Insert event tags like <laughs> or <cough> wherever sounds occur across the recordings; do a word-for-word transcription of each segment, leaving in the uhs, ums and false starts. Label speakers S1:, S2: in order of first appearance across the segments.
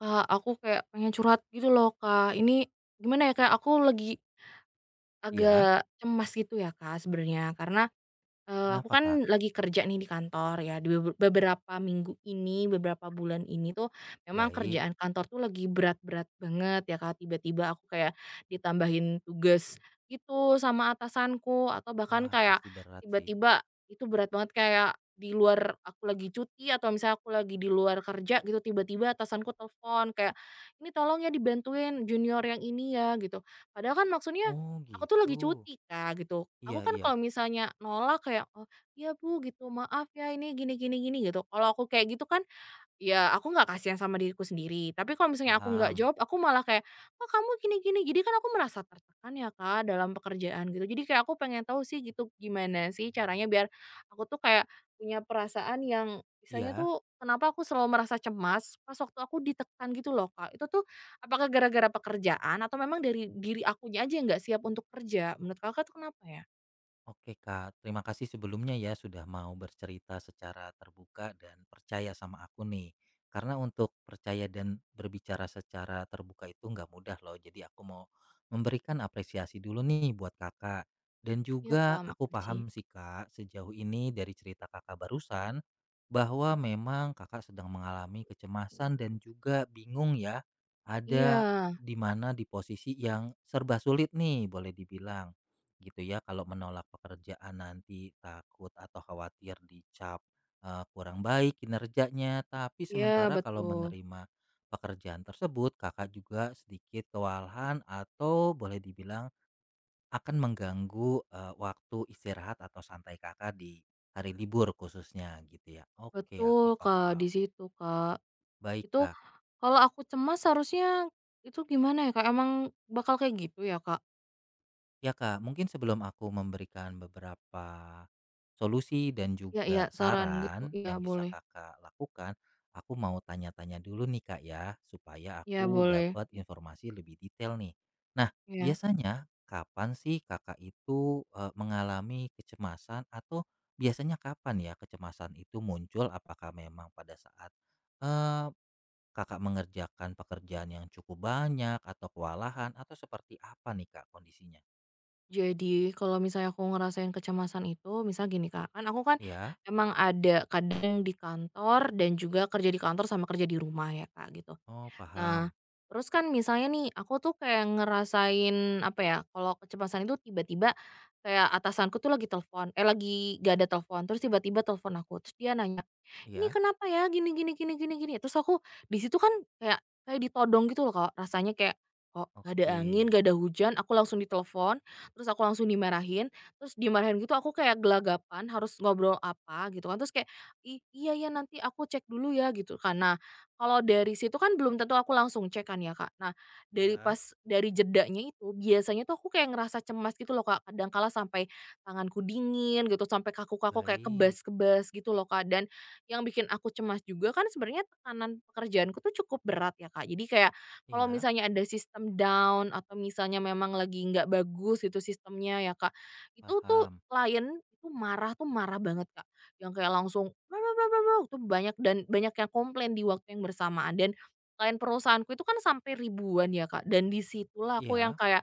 S1: Kak, aku kayak pengen curhat gitu loh, Kak. Ini gimana ya, kayak aku lagi
S2: Iya,
S1: agak cemas gitu ya, Kak, sebenarnya. Karena Eee, aku
S2: kenapa Kak?
S1: kan lagi kerja nih di kantor ya, di bebe beberapa minggu ini, beberapa bulan ini tuh memang
S2: Baik.
S1: kerjaan kantor tuh lagi berat-berat banget ya, Kak. Tiba-tiba aku kayak ditambahin tugas gitu sama atasanku atau bahkan
S2: Wah,
S1: kayak
S2: pasti berat sih.
S1: tiba-tiba itu berat banget kayak di luar aku lagi cuti atau misalnya aku lagi di luar kerja gitu, tiba-tiba atasanku telepon kayak, "Ini tolong ya dibantuin junior yang ini ya," gitu. Padahal kan maksudnya
S2: Oh
S1: aku tuh lagi
S2: gitu.
S1: cuti Kak, gitu. Aku
S2: Iya
S1: kan
S2: iya,
S1: kalau misalnya nolak kayak, "Oh, iya Bu," gitu, "maaf ya ini gini gini gini," gitu. Kalau aku kayak gitu kan ya aku nggak kasihan sama diriku sendiri. Tapi kalau misalnya aku nggak
S2: paham.
S1: jawab, aku malah kayak, "Kok kamu gini gini?" Jadi kan aku merasa tertekan ya, Kak, dalam pekerjaan gitu. Jadi kayak aku pengen tahu sih gitu, gimana sih caranya biar aku tuh kayak punya perasaan yang misalnya
S2: Iya.
S1: tuh kenapa aku selalu merasa cemas pas waktu aku ditekan gitu loh, Kak. Itu tuh apakah gara-gara pekerjaan atau memang dari diri akunya aja yang nggak siap untuk kerja? Menurut Kakak tuh kenapa ya?
S2: Oke Kak, terima kasih sebelumnya ya sudah mau bercerita secara terbuka dan percaya sama aku nih. Karena untuk percaya dan berbicara secara terbuka itu nggak mudah loh. Jadi aku mau memberikan apresiasi dulu nih buat kakak. Dan
S1: Iya,
S2: juga
S1: Kak,
S2: aku
S1: makasih.
S2: paham sih kak, sejauh ini dari cerita kakak barusan, bahwa memang kakak sedang mengalami kecemasan dan juga bingung ya,
S1: Iya,
S2: ada di mana di posisi yang serba sulit nih boleh dibilang. Gitu ya, kalau menolak pekerjaan nanti takut atau khawatir dicap, eee, kurang baik kinerjanya, tapi
S1: iya
S2: sementara kalau
S1: betul.
S2: menerima pekerjaan tersebut, Kakak juga sedikit kewalahan atau boleh dibilang akan mengganggu, eee, waktu istirahat atau santai Kakak di hari libur khususnya gitu ya. Oke, aku
S1: Betul, Kak,
S2: paham.
S1: di situ, Kak.
S2: Baik,
S1: Itu
S2: Kak.
S1: kalau aku cemas harusnya itu gimana ya, Kak, emang bakal kayak gitu ya, Kak?
S2: Ya Kak, mungkin sebelum aku memberikan beberapa solusi dan
S1: Ya ya
S2: juga
S1: saran gitu,
S2: saran
S1: iya
S2: yang bisa
S1: boleh
S2: Kakak lakukan, aku mau tanya-tanya dulu nih Kak ya, supaya
S1: iya
S2: aku
S1: boleh,
S2: dapat informasi lebih detail nih. Nah,
S1: iya.
S2: biasanya kapan sih Kakak itu eh, mengalami kecemasan atau biasanya kapan ya kecemasan itu muncul? Apakah memang pada saat eh, Kakak mengerjakan pekerjaan yang cukup banyak atau kewalahan atau seperti apa nih Kak kondisinya?
S1: Jadi kalau misalnya aku ngerasain kecemasan itu misal gini, Kak, kan aku kan
S2: Ya.
S1: emang ada kadang di kantor dan juga kerja di kantor sama kerja di rumah ya, Kak, gitu.
S2: Oh,
S1: Nah,
S2: paham.
S1: terus kan misalnya nih, aku tuh kayak ngerasain, apa ya, kalau kecemasan itu tiba-tiba kayak atasanku tuh lagi telepon, eh lagi gak ada telepon, terus tiba-tiba telepon aku, terus dia nanya, "Ini
S2: Iya.
S1: kenapa ya? Gini gini gini gini gini." Terus aku di situ kan kayak kayak ditodong gitu loh, Kak, rasanya kayak kok gak
S2: Oke.
S1: ada angin, gak ada hujan, aku langsung ditelepon, terus aku langsung dimarahin, terus dimarahin gitu aku kayak gelagapan harus ngobrol apa gitu kan, terus kayak, "Ih, iya ya nanti aku cek dulu ya," gitu kan. Nah, kalau dari situ kan belum tentu aku langsung cek kan ya, Kak. Nah, dari
S2: Iya,
S1: pas dari jedanya itu, biasanya tuh aku kayak ngerasa cemas gitu loh, Kak. Kadang kala sampai tanganku dingin gitu, sampai kaku-kaku kayak
S2: baik.
S1: kebas-kebas gitu loh, Kak. Dan yang bikin aku cemas juga kan sebenarnya tekanan pekerjaanku tuh cukup berat ya, Kak. Jadi kayak kalau
S2: Iya,
S1: misalnya ada sistem down atau misalnya memang lagi nggak bagus itu sistemnya ya, Kak. Itu tuh
S2: paham.
S1: klien itu marah tuh marah banget, Kak. Yang kayak langsung <laughs> tuh banyak dan banyak yang komplain di waktu yang bersamaan dan klien perusahaanku itu kan sampai ribuan ya, Kak, dan di situlah aku yang
S2: Iya.
S1: kayak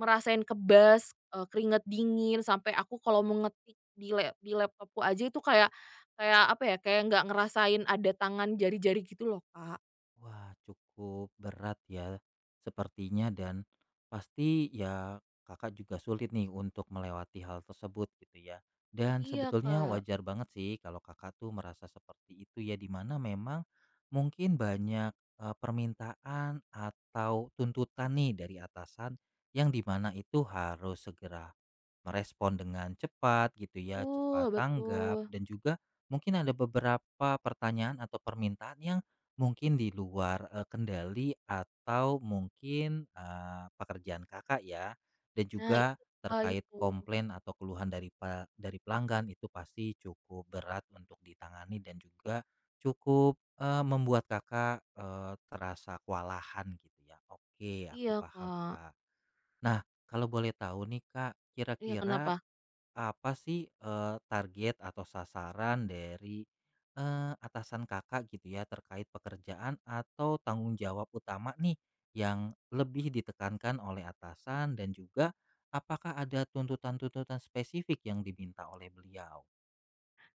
S1: merasain kebas, eee, keringat dingin, sampai aku kalau mau ngetik di lap di laptopku aja itu kayak kayak apa ya, kayak nggak ngerasain ada tangan jari-jari gitu loh, Kak.
S2: Wah, cukup berat ya sepertinya dan pasti ya Kakak juga sulit nih untuk melewati hal tersebut gitu ya. Dan
S1: Iya,
S2: sebetulnya
S1: Kak,
S2: wajar banget sih kalau Kakak tuh merasa seperti itu ya di mana memang mungkin banyak eh, permintaan atau tuntutan nih dari atasan yang dimana itu harus segera merespon dengan cepat gitu ya,
S1: betul
S2: cepat tanggap
S1: betul.
S2: dan juga mungkin ada beberapa pertanyaan atau permintaan yang mungkin di luar eh, kendali atau mungkin eh, pekerjaan kakak ya dan
S1: Nah
S2: juga
S1: itu, Kak,
S2: terkait
S1: itu.
S2: komplain atau keluhan dari pa- dari pelanggan itu pasti cukup berat untuk ditangani dan juga cukup eh, membuat kakak eh, terasa kewalahan gitu ya. Oke, aku
S1: Iya,
S2: paham
S1: Kak.
S2: kak. Nah, kalau boleh tahu nih kak,
S1: Iya,
S2: kira-kira
S1: kenapa?
S2: apa sih, eee, target atau sasaran dari, eee, atasan Kakak gitu ya terkait pekerjaan atau tanggung jawab utama nih yang lebih ditekankan oleh atasan dan juga apakah ada tuntutan-tuntutan spesifik yang diminta oleh beliau?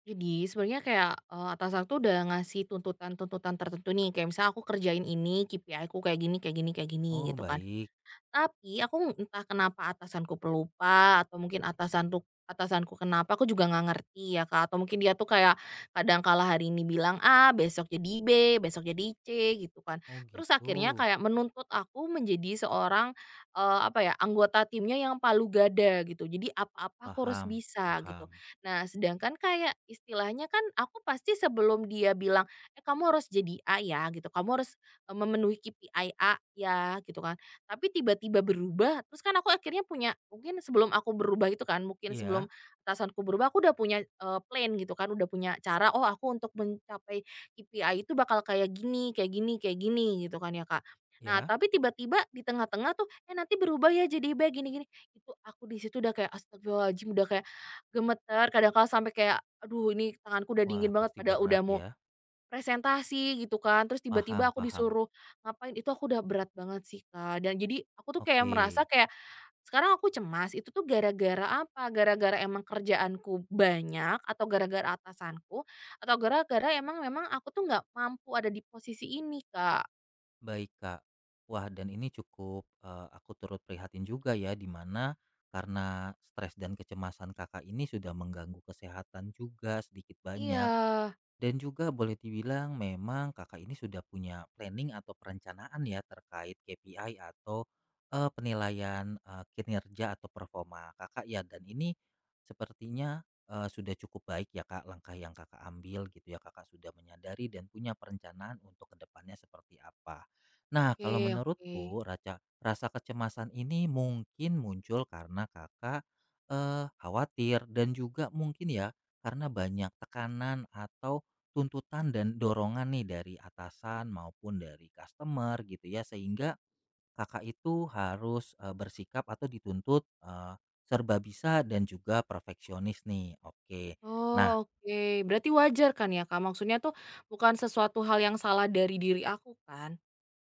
S1: Jadi sebenarnya kayak, eee, atasan tuh udah ngasih tuntutan-tuntutan tertentu nih, kayak misalnya aku kerjain ini, K P I ku kayak gini kayak gini kayak gini
S2: Oh
S1: gitu kan.
S2: baik,
S1: Tapi aku entah kenapa atasanku pelupa atau mungkin atasanku atasanku kenapa aku juga nggak ngerti ya Kak, atau mungkin dia tuh kayak kadang kala hari ini bilang A, besok jadi B, besok jadi C gitu kan.
S2: oh
S1: Terus
S2: gitu,
S1: akhirnya kayak menuntut aku menjadi seorang, eee, apa ya, anggota timnya yang palu gada gitu. Jadi apa-apa aku harus
S2: paham
S1: bisa gitu.
S2: paham.
S1: Nah sedangkan kayak istilahnya kan aku pasti sebelum dia bilang, "Eh kamu harus jadi A ya," gitu, "kamu harus, eee, memenuhi K P I A ya," gitu kan. Tapi tiba-tiba berubah, terus kan aku akhirnya punya mungkin sebelum aku berubah itu kan, mungkin sebelum
S2: Iya
S1: atasanku berubah, aku udah punya, eee, plan gitu kan, udah punya cara, "Oh aku untuk mencapai K P I itu bakal kayak gini kayak gini kayak gini," gitu kan ya, Kak. Nah,
S2: iya.
S1: tapi tiba-tiba di tengah-tengah tuh, "Eh nanti berubah ya jadi B gini-gini." Itu aku di situ udah kayak astagfirullahaladzim, udah kayak gemeter, kadang kala sampai kayak, "Aduh ini tanganku udah
S2: Wah
S1: dingin banget,"
S2: pasti
S1: pada udah
S2: berat
S1: mau
S2: ya,
S1: presentasi gitu kan, terus tiba-tiba
S2: paham
S1: aku
S2: paham.
S1: disuruh ngapain, itu aku udah berat banget sih, Kak, dan jadi aku tuh kayak
S2: Oke.
S1: merasa kayak sekarang aku cemas itu tuh gara-gara apa, gara-gara emang kerjaanku banyak atau gara-gara atasanku atau gara-gara emang memang aku tuh nggak mampu ada di posisi ini, Kak.
S2: Baik Kak. Wah dan ini cukup, eee, aku turut prihatin juga ya di mana karena stres dan kecemasan Kakak ini sudah mengganggu kesehatan juga sedikit
S1: Iya,
S2: banyak. Dan juga boleh dibilang memang Kakak ini sudah punya planning atau perencanaan ya terkait K P I atau eh, penilaian eh, kinerja atau performa Kakak ya dan ini sepertinya eh, sudah cukup baik ya Kak langkah yang Kakak ambil gitu ya Kakak sudah menyadari dan punya perencanaan untuk kedepannya seperti apa. Nah,
S1: oke
S2: kalau
S1: oke.
S2: menurutku raca, rasa kecemasan ini mungkin muncul karena Kakak eh, khawatir dan juga mungkin ya karena banyak tekanan atau tuntutan dan dorongan nih dari atasan maupun dari customer gitu ya sehingga kakak itu harus eh, bersikap atau dituntut eh, serba bisa dan juga perfeksionis nih. Oke. Nah,
S1: Oh, oke, berarti wajar kan ya, Kak, maksudnya tuh bukan sesuatu hal yang salah dari diri aku kan?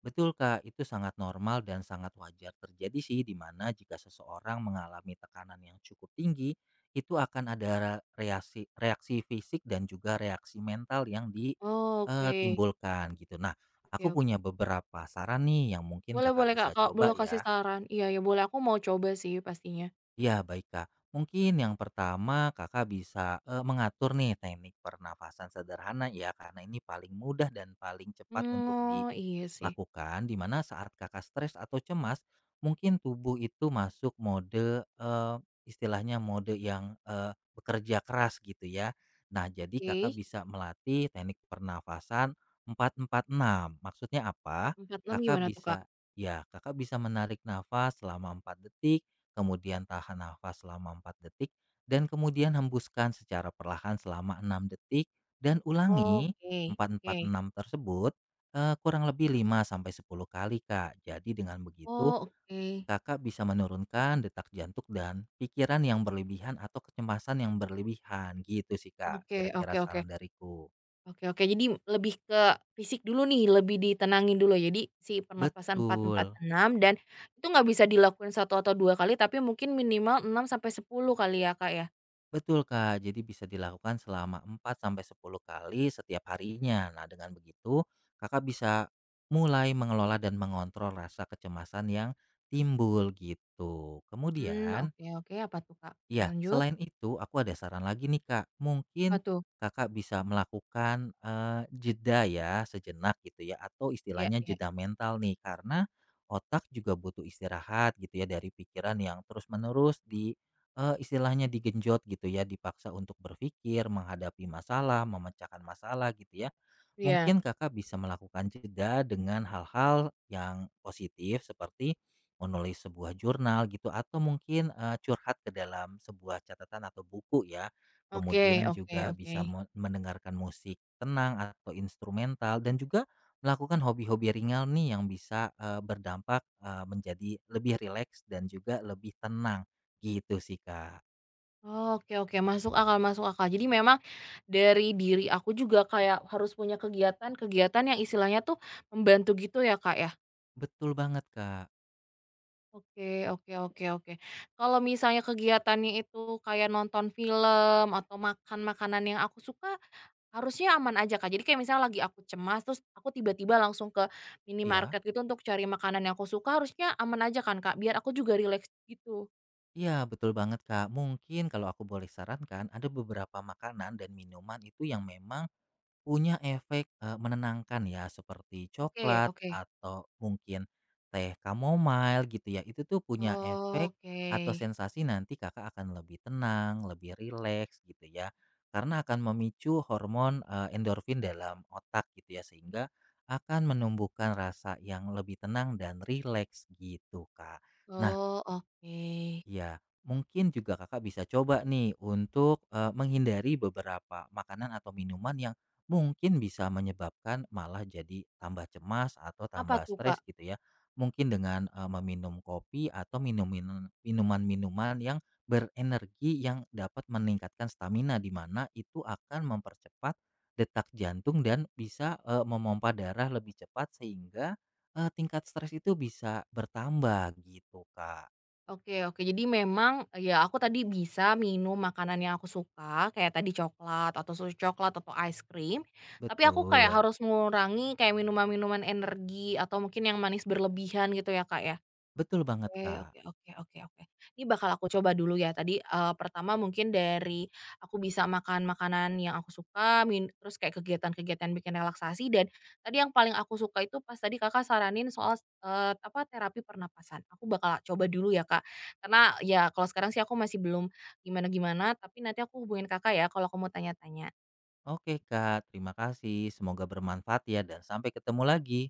S2: betul Kak, itu sangat normal dan sangat wajar terjadi sih di mana jika seseorang mengalami tekanan yang cukup tinggi, itu akan ada ra- reaksi reaksi fisik dan juga reaksi mental yang
S1: Oh, oke,
S2: ditimbulkan gitu. Nah,
S1: oke
S2: aku punya
S1: oke.
S2: beberapa saran nih yang mungkin
S1: Boleh
S2: Kakak
S1: boleh Kak,
S2: bisa
S1: kalau boleh
S2: coba
S1: kasih
S2: ya.
S1: saran. Iya ya boleh, aku mau coba sih pastinya.
S2: Ya, baik Kak. Mungkin yang pertama Kakak bisa eh, mengatur nih teknik pernafasan sederhana ya karena ini paling mudah dan paling cepat
S1: Mmm,
S2: untuk
S1: oh iya sih.
S2: lakukan di mana saat Kakak stres atau cemas, mungkin tubuh itu masuk mode, eee, istilahnya mode yang, eee, bekerja keras gitu ya. Nah, jadi
S1: Oke,
S2: Kakak bisa melatih teknik pernafasan empat empat enam. Maksudnya apa?
S1: empat enam
S2: Kakak
S1: gimana tuh Kak?
S2: bisa ya, Kakak bisa menarik nafas selama empat detik, kemudian tahan nafas selama empat detik, dan kemudian hembuskan secara perlahan selama enam detik, dan ulangi
S1: Oke
S2: empat empat
S1: oke.
S2: enam tersebut Eee, kurang lebih lima sampai sepuluh kali, Kak. Jadi dengan begitu,
S1: Oh oke.
S2: Kakak bisa menurunkan detak jantung dan pikiran yang berlebihan atau kecemasan yang berlebihan, gitu sih, Kak,
S1: Oke
S2: kira-kira
S1: oke oke.
S2: saran dariku.
S1: Oke oke, jadi lebih ke fisik dulu nih, lebih ditenangin dulu. Jadi si pernapasan empat
S2: Betul,
S1: empat enam dan itu nggak bisa dilakuin satu atau dua kali, tapi mungkin minimal enam sampai sepuluh kali ya Kak ya?
S2: betul, Kak. Jadi bisa dilakukan selama empat sampai sepuluh kali setiap harinya. Nah, dengan begitu Kakak bisa mulai mengelola dan mengontrol rasa kecemasan yang timbul, gitu.
S1: Mmm,
S2: Kemudian,
S1: oke oke, apa tuh Kak?
S2: iya,
S1: Lanjut,
S2: selain itu aku ada saran lagi nih Kak,
S1: apa
S2: mungkin
S1: tuh?
S2: Kakak bisa melakukan, eee, jeda ya sejenak gitu ya atau
S1: Iya
S2: istilahnya
S1: iya.
S2: jeda mental nih karena otak juga butuh istirahat gitu ya dari pikiran yang terus-menerus di, eee, istilahnya digenjot gitu ya, dipaksa untuk berpikir, menghadapi masalah, memecahkan masalah gitu ya.
S1: Iya.
S2: Mungkin Kakak bisa melakukan jeda dengan hal-hal yang positif seperti menulis sebuah jurnal gitu atau mungkin, eee, curhat ke dalam sebuah catatan atau buku ya.
S1: Oke
S2: Kemudian
S1: oke
S2: juga
S1: oke.
S2: bisa me mendengarkan musik tenang atau instrumental dan juga melakukan hobi-hobi ringan nih yang bisa, eee, berdampak, eee, menjadi lebih rileks dan juga lebih tenang, gitu sih Kak.
S1: Oke oke, masuk akal masuk akal. Jadi memang dari diri aku juga kayak harus punya kegiatan-kegiatan yang istilahnya tuh membantu gitu ya, Kak, ya?
S2: Betul banget Kak,
S1: Oke oke oke oke. Kalau misalnya kegiatannya itu kayak nonton film atau makan makanan yang aku suka, harusnya aman aja, Kak? Jadi kayak misalnya lagi aku cemas, terus aku tiba-tiba langsung ke
S2: ya.
S1: minimarket gitu untuk cari makanan yang aku suka, harusnya aman aja kan, Kak? Biar aku juga rileks gitu.
S2: Iya, betul banget, Kak. Mungkin kalau aku boleh sarankan, ada beberapa makanan dan minuman itu yang memang punya efek eh, menenangkan ya, seperti
S1: Oke
S2: coklat
S1: oke.
S2: atau mungkin teh chamomile gitu ya. Itu tuh punya efek atau
S1: Oke.
S2: sensasi nanti Kakak akan lebih tenang, lebih rileks gitu ya. Karena akan memicu hormon eh, endorfin dalam otak gitu ya, sehingga akan menumbuhkan rasa yang lebih tenang dan rileks gitu, Kak. Nah,
S1: Oh, oke.
S2: iya, mungkin juga Kakak bisa coba nih untuk, eee, menghindari beberapa makanan atau minuman yang mungkin bisa menyebabkan malah jadi tambah cemas atau
S1: Apa
S2: tambah
S1: tuh, Kak?
S2: stres gitu ya. Mungkin dengan, eee, meminum kopi atau minum minum minuman-minuman yang berenergi yang dapat meningkatkan stamina, di mana itu akan mempercepat detak jantung dan bisa, eee, memompa darah lebih cepat sehingga, eee, tingkat stres itu bisa bertambah gitu, Kak.
S1: Oke oke, jadi memang, ya aku tadi bisa minum makanan yang aku suka, kayak tadi coklat atau susu coklat atau ice cream, tapi aku kayak
S2: Betul.
S1: harus mengurangi kayak minuman-minuman energi atau mungkin yang manis berlebihan gitu ya, Kak, ya?
S2: Betul banget,
S1: Oke
S2: Kak.
S1: oke oke oke oke. Ini bakal aku coba dulu ya tadi, eee, pertama mungkin dari aku bisa makan makanan yang aku suka, min terus kayak kegiatan-kegiatan bikin relaksasi dan tadi yang paling aku suka itu pas tadi Kakak saranin soal, eee, apa, terapi pernapasan. Aku bakal coba dulu ya, Kak. Karena ya kalau sekarang sih aku masih belum gimana-gimana, tapi nanti aku hubungin Kakak ya kalau kamu tanya-tanya.
S2: Oke, Kak. Terima kasih. Semoga bermanfaat ya, dan sampai ketemu lagi.